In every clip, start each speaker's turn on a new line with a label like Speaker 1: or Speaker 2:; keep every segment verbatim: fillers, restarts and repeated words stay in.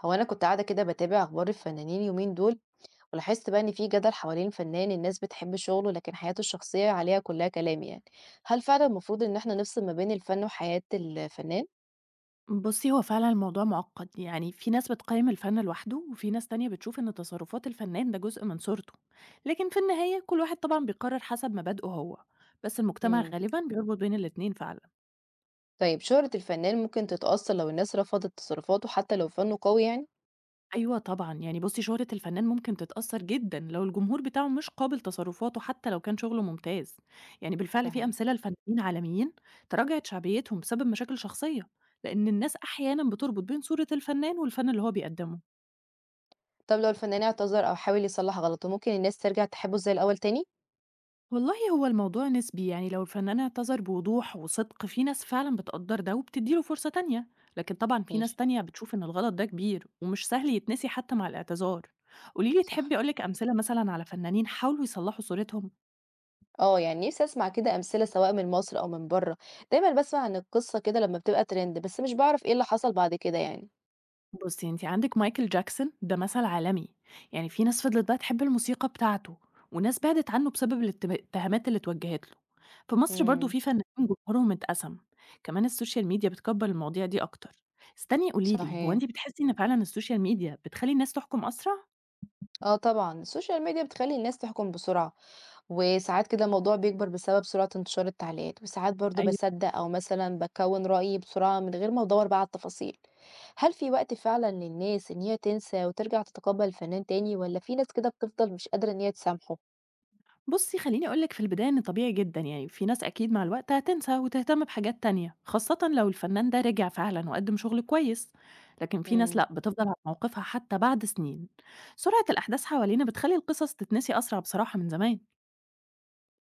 Speaker 1: هو انا كنت قاعده كده بتابع اخبار الفنانين يومين دول، ولاحظت بقى ان في جدل حوالين فنان الناس بتحب شغله، لكن حياته الشخصيه عليها كلها كلام يعني. هل فعلا المفروض ان احنا نفصل ما بين الفن وحياه الفنان؟
Speaker 2: بُصّي، هو فعلًا الموضوع مُعقّد، يعني في ناس بتقيّم الفن لوحده، وفي ناس تانية بتشوف إن تصرفات الفنان ده جزء من صورته، لكن في النهاية كل واحد طبعًا بيقرر حسب مبادئه هو، بس المجتمع
Speaker 1: امم
Speaker 2: غالبًا بيربط بين الاتنين فعلًا.
Speaker 1: طيب شهره الفنان ممكن تتاثر لو الناس رفضت تصرفاته حتى لو فنه قوي يعني.
Speaker 2: أيوه طبعًا، يعني بُصّي شهرة الفنان ممكن تتأثّر جدًا لو الجمهور بتاعه مش قابل تصرفاته حتى لو كان شغله ممتاز، يعني بالفعل في
Speaker 1: صحيح.
Speaker 2: أمثلة لفنانين عالميين تراجعت شعبيتهم بسبب مشاكل شخصية، لإن الناس أحيانًا بتربط بين صورة الفنان والفن اللي هو بيقدّمه.
Speaker 1: طب لو الفنان اعتذر او حاول يصلح غلطه، ممكن الناس ترجع تحبه زي الاول تاني؟
Speaker 2: والله هو الموضوع نسبي، يعني لو الفنان اعتذر بوضوح وصدق في ناس فعلا بتقدر ده وبتديله فرصة تانية، لكن طبعا في
Speaker 1: ماشي.
Speaker 2: ناس تانية بتشوف ان الغلط ده كبير ومش سهل يتنسي حتى مع الاعتذار. قوليلي،
Speaker 1: صح.
Speaker 2: تحبي أقولك أمثلة مثلا على فنانين حاولوا يصلحوا صورتهم؟
Speaker 1: اه يعني نفسي اسمع كده امثله سواء من مصر او من بره، دايما بسمع عن القصه كده لما بتبقى ترند بس مش بعرف ايه اللي حصل بعد كده يعني.
Speaker 2: بُصّي، أنتِ عندِك مايكل جاكسون ده مثل عالمي، يعني في ناس فضلت بقى تحب الموسيقى بتاعته، وناس بعدت عنه بسبب الات الاتهامات اللي اتوجهت له. في مصر برضه
Speaker 1: إمم،
Speaker 2: في فنانين جمهورهم اتقسم، كمان السوشيال ميديا بتكبّر المواضيع دي أكتر. استني، قولي لي، هو
Speaker 1: صحيح.
Speaker 2: أنتِ بتحسي إن فعلًا السوشيال ميديا بتخلّي الناس تحكم أسرع؟
Speaker 1: آه طبعًا، السوشيال ميديا بتخلّي الناس تحكُم بسرعة، وساعات كده الموضوع بيكبر بسبب سرعة انتشار التعليقات، وساعات برضه
Speaker 2: أيوه.
Speaker 1: باصدّق أو مثلًا باكوّن رأيي بسرعة من غير ما أدوّر بقى على التفاصيل. هل في وقت فعلًا للناس إن هي تنسى وترجع تتقبّل الفنان تاني والّا في ناس كده بتفضل مش قادرة إن هي تسامحه؟
Speaker 2: بُصّي، خلّيني أقول لِك في البداية إن طبيعي جدًا، يعني في ناس أكيد مع الوقت هتنسى وتهتم بحاجات تانية، خاصةً لو الفنان ده رجع فعلًا وقدّم شغل كويس، لكن في ناس
Speaker 1: إمم،
Speaker 2: لأ، بتفضل على موقفها حتى بعد سنين. سرعة الأحداث حوالينا بتخلّي القصص تتنسي أسرع بصراحة من زمان.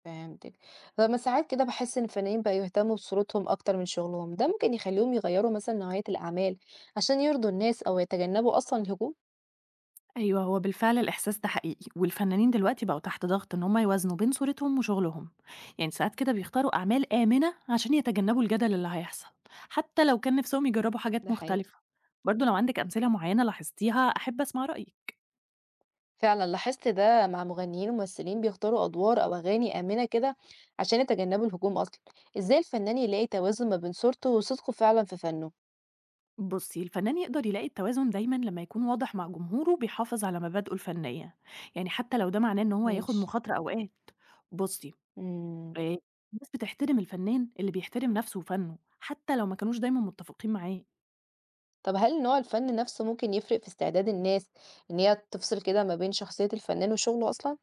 Speaker 1: فهمتِك. لمّا ساعات كده باحس إن الفنانين بقوا يهتمّوا بصورتهم أكتر من شغلهم، ده ممكن يخلّيهم يغيّروا مثلًا نوعية الأعمال عشان يرضوا الناس أو يتجنّبوا أصلًا الهجوم؟
Speaker 2: أيوه، هو بالفعل الإحساس ده حقيقي، والفنانين دلوقتي بقوا تحت ضغط إن هم يوازنوا بين صورتهم وشغلهم، يعني ساعات كده بيختاروا أعمال آمنة عشان يتجنبوا الجدل اللي هيحصل، حتى لو كان نفسهم يجربوا
Speaker 1: ده
Speaker 2: حاجات
Speaker 1: حقيقي.
Speaker 2: مختلفة. برضه لو عندِك أمثلة معينة لاحظتيها أحب أسمع رأيِك.
Speaker 1: فعلًا لاحظت ده مع مغنيين وممثلين بيختاروا أدوار أو أغاني آمنة كده عشان يتجنبوا الهجوم أصلًا، إزاي الفنان يلاقي توازن ما بين صورته وصدقه فعلًا في فنه؟
Speaker 2: بصي الفنان يقدر يلاقي التوازن دايما لما يكون واضح مع جمهوره وبيحافظ على مبادئه الفنية، يعني حتى لو ده معناه ان هو ياخد
Speaker 1: ماشي.
Speaker 2: مخاطرة اوقات. بصي،
Speaker 1: إمم،
Speaker 2: آه، الناس بتحترم الفنان اللي بيحترم نفسه وفنه حتى لو ما كانوش دايما متفقين معاه.
Speaker 1: طب هل نوع الفن نفسه ممكن يفرق في استعداد الناس إن هي تفصل كده ما بين شخصية الفنان وشغله أصلًا؟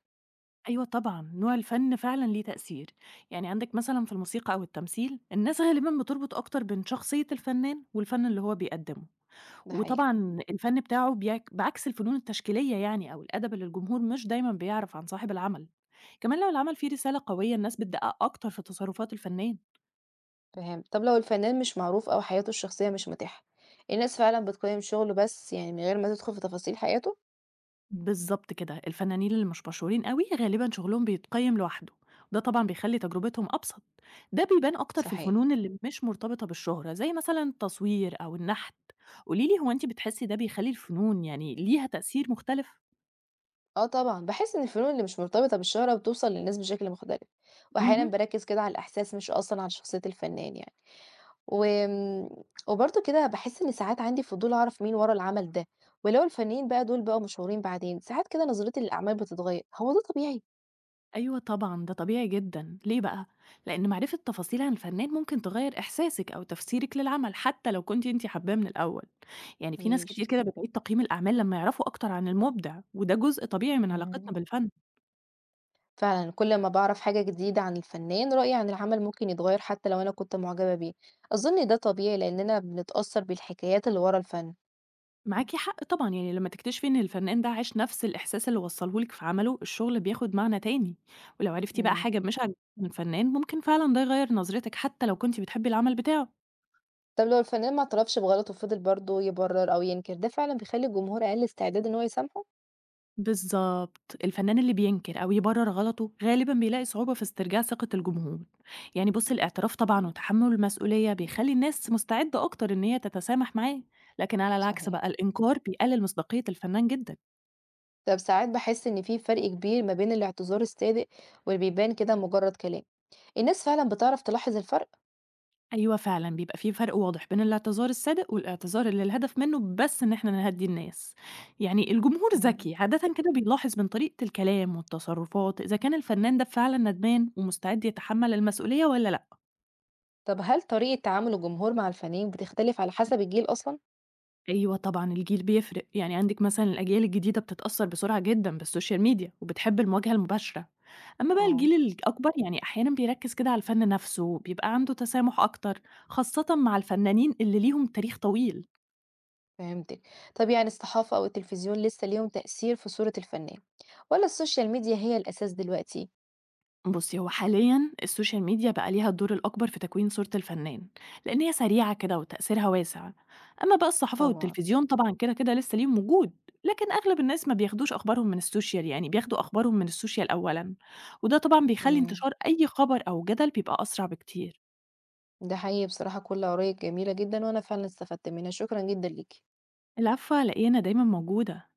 Speaker 2: ايوه طبعا نوع الفن فعلا ليه تأثير، يعني عندك مثلا في الموسيقى او التمثيل الناس غالبا بتربط اكتر بين شخصية الفنان والفن اللي هو بيقدمه.
Speaker 1: ده حقيقي،
Speaker 2: وطبعا الفن بتاعه بيعك- بعكس الفنون التشكيلية يعني او الادب اللي الجمهور مش دايما بيعرف عن صاحب العمل. كمان لو العمل فيه رسالة قوية الناس بتدقق أكتر في تصرفات الفنان.
Speaker 1: فهمت. طب لو الفنان مش معروف أو حياته الشخصية مش متاحة، الناس فعلًا بتقيم شغله بس يعني من غير ما تدخل في تفاصيل حياته؟
Speaker 2: بالظبط كده، الفنانين اللي مش مشهورين قوي غالبا شغلهم بيتقيم لوحده، وده طبعا بيخلي تجربتهم أبسط. ده بيبان أكتر في
Speaker 1: صحيح.
Speaker 2: الفنون اللي مش مرتبطة بالشهرة زي مثلا التصوير أو النحت. قوليلي، هو أنت بتحسي ده بيخلي الفنون يعني ليها تأثير مختلف؟
Speaker 1: آه طبعًا، باحس إن الفنون اللي مش مرتبطة بالشهرة بتوصل للناس بشكل مختلف، وأحيانًا
Speaker 2: مهم.
Speaker 1: باركّز كده على الإحساس مش أصلًا على شخصية الفنان يعني، وآمم، وبرضه كده باحس إن ساعات عندي فضول أعرف مين ورا العمل ده، ولو الفنانين بقى دول بقوا مشهورين بعدين، ساعات كده نظرتي للأعمال بتتغير، هو ده طبيعي؟
Speaker 2: أيوه طبعًا، ده طبيعي جدًا، ليه بقى؟ لأن معرفة تفاصيل عن فنان ممكن تغيّر إحساسِك أو تفسيرِك للعمل، حتى لو كنتِ أنتِ حاباه من الأول. يعني في ناس
Speaker 1: ماشي.
Speaker 2: كتير كده بتعيد تقييم الأعمال لمّا يعرفوا أكتر عن المُبدع، وده جزء طبيعي من علاقتنا
Speaker 1: إمم.
Speaker 2: بالفن.
Speaker 1: فعلًا كل أمّا باعرف حاجة جديدة عن الفنان، رأيي عن العمل ممكن يتغير حتى لو أنا كنت معجبة بيه، أظن ده طبيعي لإننا بنتأثر بالحكايات اللي ورا الفن.
Speaker 2: معاكِ حق طبعًا، يعني لمّا تكتشفي إن الفنان ده عاش نفس الإحساس اللي وصّله لِك في عمله، الشغل بياخد معنى تاني. ولو عرفتِ بقى
Speaker 1: إمم.
Speaker 2: حاجة مش عاجباكِ من الفنان، ممكن فعلًا ده يغيّر نظرتِك حتى لو كنتِ بتحبي العمل بتاعه.
Speaker 1: طب لو الفنان ما اعترفش بغلطه وفضل برضه يبرر أو ينكر، ده فعلًا بيخلّي الجمهور أقل استعداد إن هو يسامحه؟
Speaker 2: بالضبط. الفنان اللي بينكر أو يبرر غلطه غالبًا بيلاقي صعوبة في استرجاع ثقة الجمهور. يعني بُص، الاعتراف طبعًا وتحمُّل المسؤولية بيخلّي الناس مستعدة أكتر إن هي تتسامح معاه، لكن على العكس
Speaker 1: صحيح.
Speaker 2: بقى الإنكار بيقلل مصداقية الفنان جدًا.
Speaker 1: طب ساعات باحس إن في فرق كبير ما بين الاعتذار الصادق واللي بيبان كده مجرد كلام، الناس فعلًا بتعرف تلاحظ الفرق؟
Speaker 2: أيوه فعلًا، بيبقى في فرق واضح بين الاعتذار الصادق والاعتذار اللي الهدف منه بس إن إحنا نهدّي الناس. يعني الجمهور
Speaker 1: إمم.
Speaker 2: ذكي عادةً كده بيلاحظ من طريقة الكلام والتصرفات إذا كان الفنان ده فعلًا ندمان ومستعد يتحمل المسؤولية والّا.
Speaker 1: طب هل طريقة تعامل الجمهور مع الفنانين بتختلف على حسب الجيل أصلًا؟
Speaker 2: أيوه طبعًا، الجيل بيفرق، يعني عندِك مثلًا الأجيال الجديدة بتتأثّر بسرعة جدًا بالسوشيال ميديا، وبتحب المواجهة المباشرة، أمّا بقى
Speaker 1: آه.
Speaker 2: الجيل الأكبر يعني أحيانًا بيركّز كده على الفن نَفْسه، بيبقى عنده تسامح أكتر، خاصةً مع الفنانين اللي ليهم تاريخ طويل.
Speaker 1: فهمتِك، طب يعني الصحافة أو التلفزيون لسه ليهم تأثير في صورة الفنان، والّا السوشيال ميديا هي الأساس دلوقتي؟
Speaker 2: بُصّي، هو حاليًا السوشيال ميديا بقى ليها الدور الأكبر في تكوين صورة الفنان، لأن هي سريعة كده وتأثيرها واسع. أمّا بقى الصحافة
Speaker 1: طبعًا.
Speaker 2: والتلفزيون طبعًا كده، كده لسه ليهم وجود، لكن أغلب الناس ما بياخدوش أخبارهم من السوشيال، يعني بياخدوا أخبارهم من السوشيال أولًا، وده طبعًا بيخلّي
Speaker 1: إمم.
Speaker 2: انتشار أي خبر أو جدل بيبقى أسرع بكتير.
Speaker 1: ده حقيقي بصراحة كل آرائِك جميلة جدًا، وأنا فعلًا استفدت منها، شكرًا جدًا ليكِ.
Speaker 2: العفو، على إيه، أنا دايمًا موجودة.